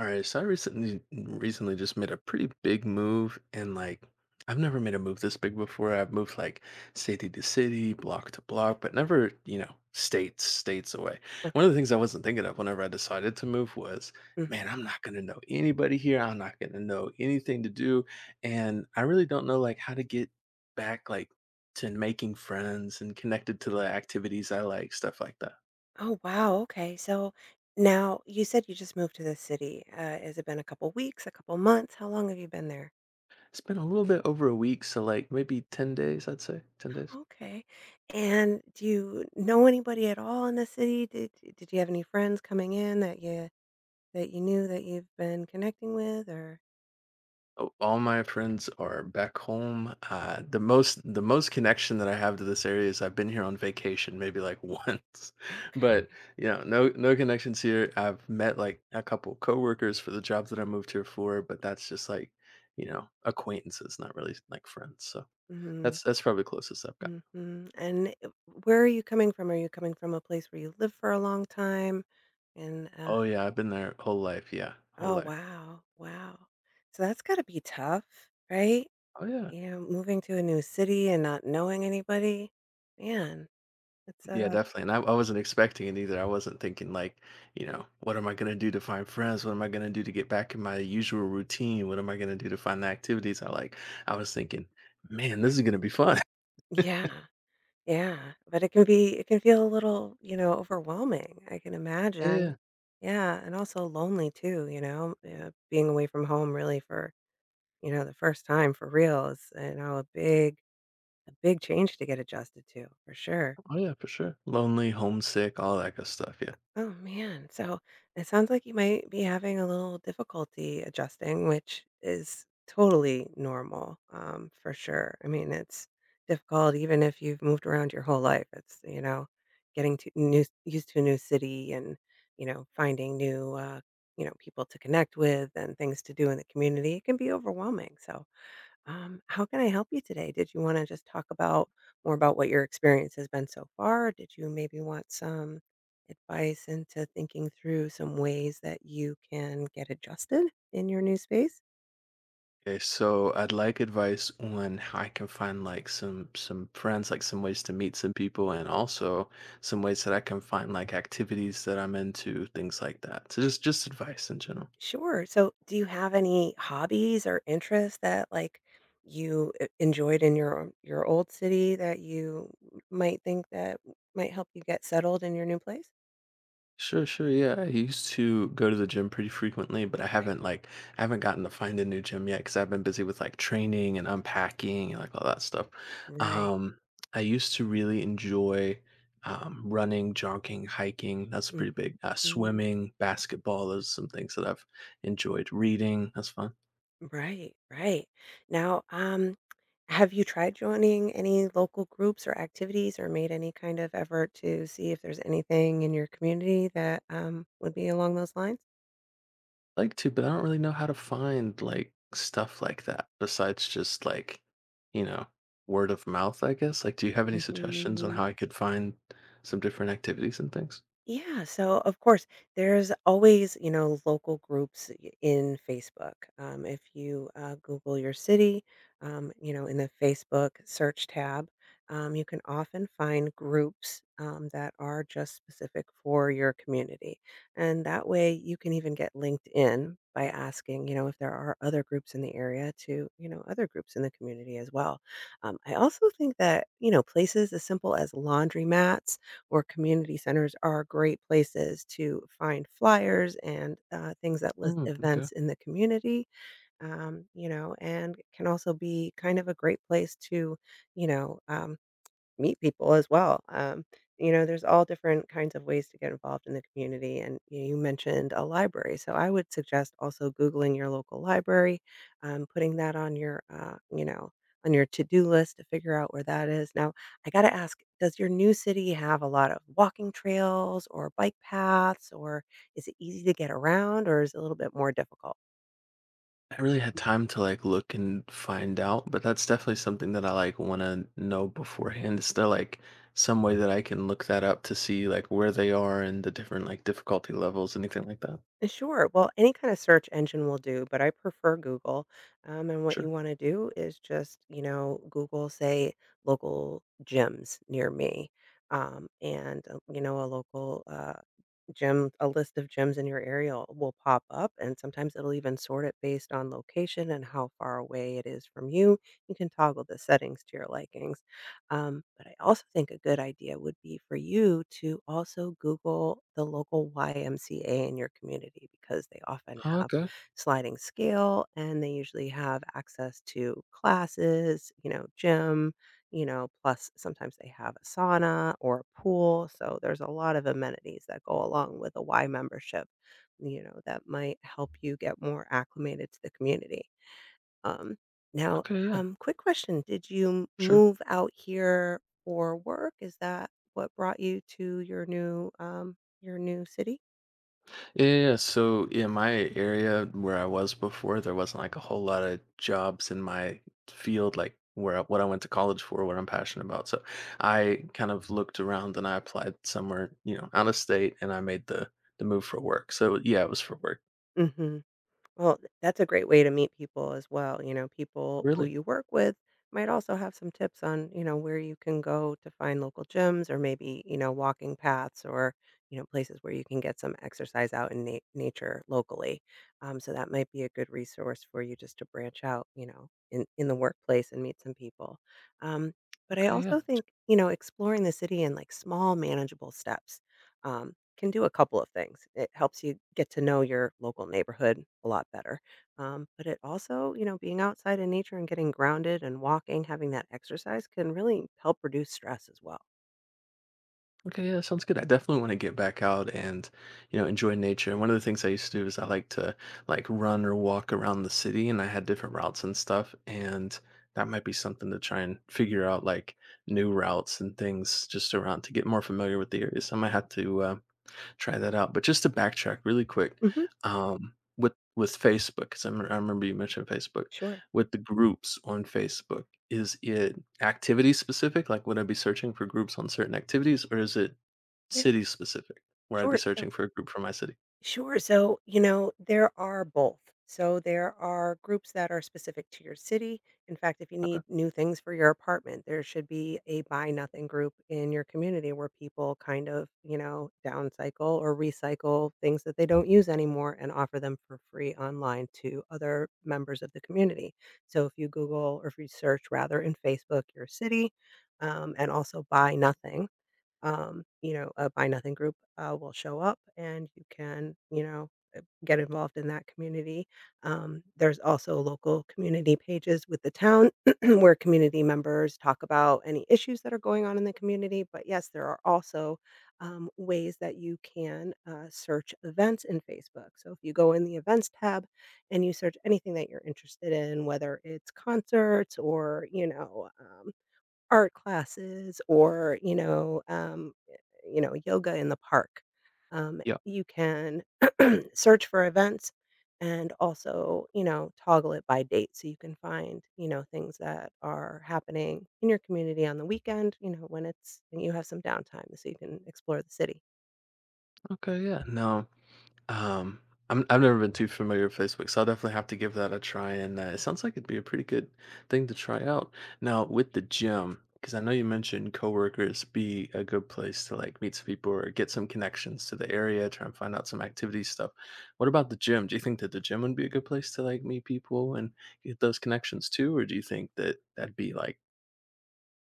All right, so I recently just made a pretty big move and I've never made a move this big before. I've moved like city to city, block to block, but never, you know, states away. One of the Okay. things I wasn't thinking of whenever I decided to move was, Mm. man, I'm not gonna know anybody here. I'm not gonna know anything to do. And I really don't know like how to get back like to making friends and connected to the activities I like, stuff like that. Oh, wow, okay, so now you said you just moved to the city, has it been a couple weeks, a couple months? How long have you been there? It's been a little bit over a week, so like maybe 10 days, I'd say. 10 days. Oh, okay. And do you know anybody at all in the city? Did you have any friends coming in that you knew that you've been connecting with or. Oh, all my friends are back home. The most connection that I have to this area is I've been here on vacation maybe like once, Okay. but no connections here. I've met like a couple coworkers for the jobs that I moved here for, but that's just like, acquaintances, not really like friends. So Mhm, that's probably the closest I've got. mhm, and, where are you coming from? Are you coming from a place where you lived for a long time? And, uh Oh yeah, I've been there whole life. Yeah, whole oh, life. wow, wow. So that's gotta be tough, right? Oh yeah. Yeah, moving to a new city and not knowing anybody, man, it's, Yeah, uh definitely. And I wasn't expecting it either. I wasn't thinking like, you know, what am I gonna do to find friends? What am I gonna do to get back in my usual routine? What am I gonna do to find the activities I like? I was thinking, man, this is gonna be fun. yeah, yeah, but it can feel a little, overwhelming, I can Yeah, imagine. yeah. Yeah, and also lonely too, being away from home really for, the first time for real is, a big change to get adjusted to, for sure. Oh yeah, for sure. Lonely, homesick, all that good stuff. Yeah. Oh, man. So it sounds like you might be having a little difficulty adjusting, which is totally normal, for sure. I mean, it's difficult even if you've moved around your whole life. It's, getting used to a new city and, finding new, people to connect with and things to do in the community. It can be overwhelming. So how can I help you today? Did you want to just talk about more about what your experience has been so far? Did you maybe want some advice into thinking through some ways that you can get adjusted in your new space? Okay, so I'd like advice on how I can find like some friends, like some ways to meet some people, and also some ways that I can find like activities that I'm into, things like that. So just advice in general. Sure. So, do you have any hobbies or interests that like you enjoyed in your old city that you might think that might help you get settled in your new place? Sure, sure. Yeah, I used to go to the gym pretty frequently, but I Okay. haven't I haven't gotten to find a new gym yet because I've been busy with like training and unpacking and like all that stuff. Right. Um, I used to really enjoy running, jogging, hiking. That's pretty big. Mhm. Swimming, basketball. Those are some things that I've enjoyed. Reading. That's fun. Right, right. Now, have you tried joining any local groups or activities or made any kind of effort to see if there's anything in your community that, would be along those lines? Like to, but I don't really know how to find like stuff like that besides just like, you know, word of mouth, I guess. Like, do you have any suggestions on Mhm. how I could find some different activities and things? Yeah, so of course, there's always, local groups in Facebook. If you Google your city, in the Facebook search tab, you can often find groups that are just specific for your community. And that way you can even get linked in by asking, if there are other groups in the area to, other groups in the community as well. I also think that, places as simple as laundromats or community centers are great places to find flyers and things that list Mm, okay. events in the community, and can also be kind of a great place to, you know, um, meet people as well. There's all different kinds of ways to get involved in the community. And you mentioned a library. So I would suggest also Googling your local library, putting that on your to do list to figure out where that is. Now, I got to ask. Does your new city have a lot of walking trails or bike paths, or is it easy to get around, or is it a little bit more difficult? I really had time to like look and find out, but that's definitely something that I like want to know beforehand. Is there like some way that I can look that up to see like where they are and the different like difficulty levels, anything like that? Sure. Well, any kind of search engine will do, but I prefer Google. And what you Sure. want to do is just, Google, say, local gyms near me, and, a list of gyms in your area will pop up, and sometimes it'll even sort it based on location and how far away it is from you. You can toggle the settings to your likings. But I also think a good idea would be for you to also Google the local YMCA in your community because they often Oh, have okay. sliding scale and they usually have access to classes, gym, plus sometimes they have a sauna or a pool. So there's a lot of amenities that go along with a Y membership, that might help you get more acclimated to the community. Um, now, Okay. Yeah. Quick question, did you Sure. move out here for work? Is that what brought you to your new city? Yeah, yeah, yeah. So in my area where I was before, there wasn't like a whole lot of jobs in my field, like where I, what I went to college for, what I'm passionate about. So I kind of looked around and I applied somewhere, you know, out of state, and I made the move for work. So yeah, it was for work. Mhm. Well, th that's a great way to meet people as well, people who Really? you work with might also have some tips on, where you can go to find local gyms or maybe, walking paths or, places where you can get some exercise out in na nature locally, so that might be a good resource for you just to branch out, in the workplace and meet some people, um, but I Okay, yeah. also think, exploring the city in, like, small manageable steps can do a couple of things. It helps you get to know your local neighborhood a lot better. But it also, being outside in nature and getting grounded and walking, having that exercise can really help reduce stress as well. Okay, yeah, sounds good. I definitely want to get back out and, you know, enjoy nature. And one of the things I used to do is I like to like run or walk around the city and I had different routes and stuff. And that might be something to try and figure out like new routes and things just around to get more familiar with the area. So I might have to try that out, but just to backtrack really quick, Hmm. With Facebook, 'cause I remember you mentioned Facebook, Sure. with the groups on Facebook, is it activity specific? Like, would I be searching for groups on certain activities, or is it There. city specific, where I'd be Sure. So. searching for a group for my city? Sure. So, there are both. So, there are groups that are specific to your city. In fact, if you need new things for your apartment, there should be a buy nothing group in your community where people kind of, downcycle or recycle things that they don't use anymore and offer them for free online to other members of the community. So, if you Google or if you search rather in Facebook your city, and also buy nothing, a Buy Nothing group, will show up and you can, get involved in that community. There's also local community pages with the town where community members talk about any issues that are going on in the community. But yes, there are also ways that you can search events in Facebook. So if you go in the events tab and you search anything that you're interested in, whether it's concerts or, art classes or, yoga in the park. Yeah. You can search for events and also, toggle it by date so you can find, things that are happening in your community on the weekend, when you have some downtime so you can explore the city. Okay, yeah, no. Um, I've never been too familiar with Facebook, so I'll definitely have to give that a try, and, it sounds like it'd be a pretty good thing to try out. Now, with the gym, because I know you mentioned coworkers be a good place to, like, meet some people or get some connections to the area, try and find out some activity stuff. What about the gym? Do you think that the gym would be a good place to, like, meet people and get those connections too, or do you think that that'd be, like,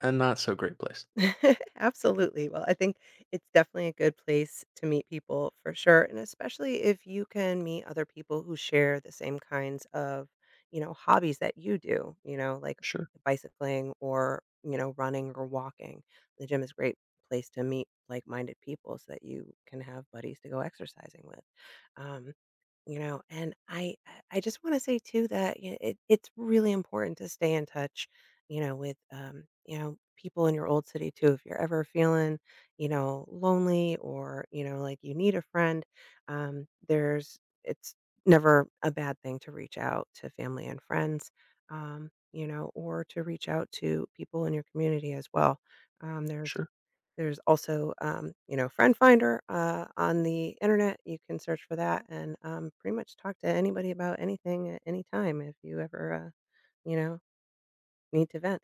a not so great place? Absolutely. Well, I think it's definitely a good place to meet people for sure, and especially if you can meet other people who share the same kinds of, hobbies that you do, like Sure, bicycling or, running or walking. The gym is a great place to meet like-minded people so that you can have buddies to go exercising with. Um, and I just want to say too that it's really important to stay in touch, with, people in your old city too. If you're ever feeling, lonely or, like you need a friend, um, there's, it's never a bad thing to reach out to family and friends, or to reach out to people in your community as well. Um, there's, sure, there's also, Friend Finder on the internet. You can search for that and pretty much talk to anybody about anything at any time if you ever, need to vent.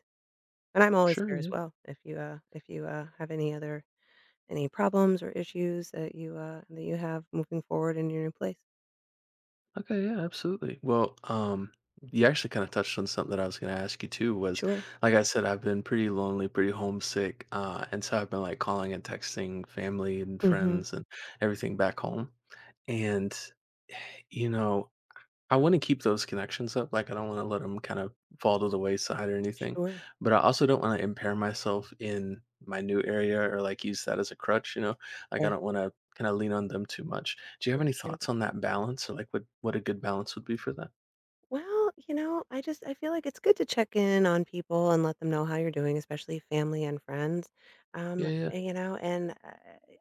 And I'm always sure, here as yeah. well if you, have any problems or issues that you have moving forward in your new place. Okay, yeah, absolutely. Well, you actually kind of touched on something that I was going to ask you too. Was Sure. like I said, I've been pretty lonely, pretty homesick, and so I've been like calling and texting family and Mhm. friends and everything back home. And you know, I want to keep those connections up. Like, I don't want to let them kind of fall to the wayside or anything. Sure. But I also don't want to impair myself in my new area or like use that as a crutch, you know? Like, I Yeah. don't want to kind of lean on them too much. Do you have any thoughts Understandable. on that balance or like what a good balance would be for that? Well, I feel like it's good to check in on people and let them know how you're doing, especially family and friends. Yeah, yeah, And I,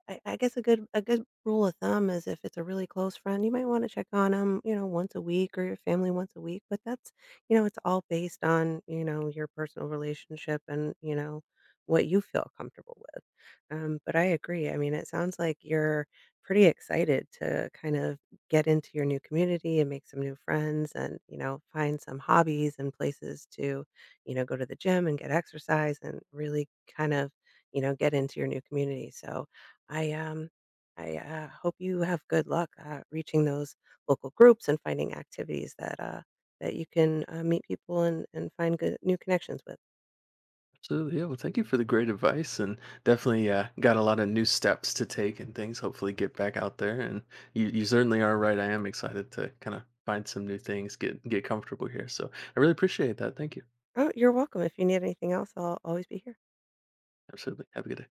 I I guess a good rule of thumb is if it's a really close friend, you might want to check on them, once a week or your family once a week. But that's, it's all based on your personal relationship and what you feel comfortable with. But I agree. I mean, it sounds like you're pretty excited to kind of get into your new community and make some new friends and, find some hobbies and places to, go to the gym and get exercise and really kind of, get into your new community. So I, um, I hope you have good luck reaching those local groups and finding activities that that you can meet people and, find good new connections with. absolutely. Yeah. Well, thank you for the great advice and definitely got a lot of new steps to take and things. Hopefully, get back out there. And you certainly are right. I am excited to kind of find some new things, get comfortable here. So I really appreciate that. Thank you. Oh, you're welcome. If you need anything else, I'll always be here. Absolutely. Have a good day.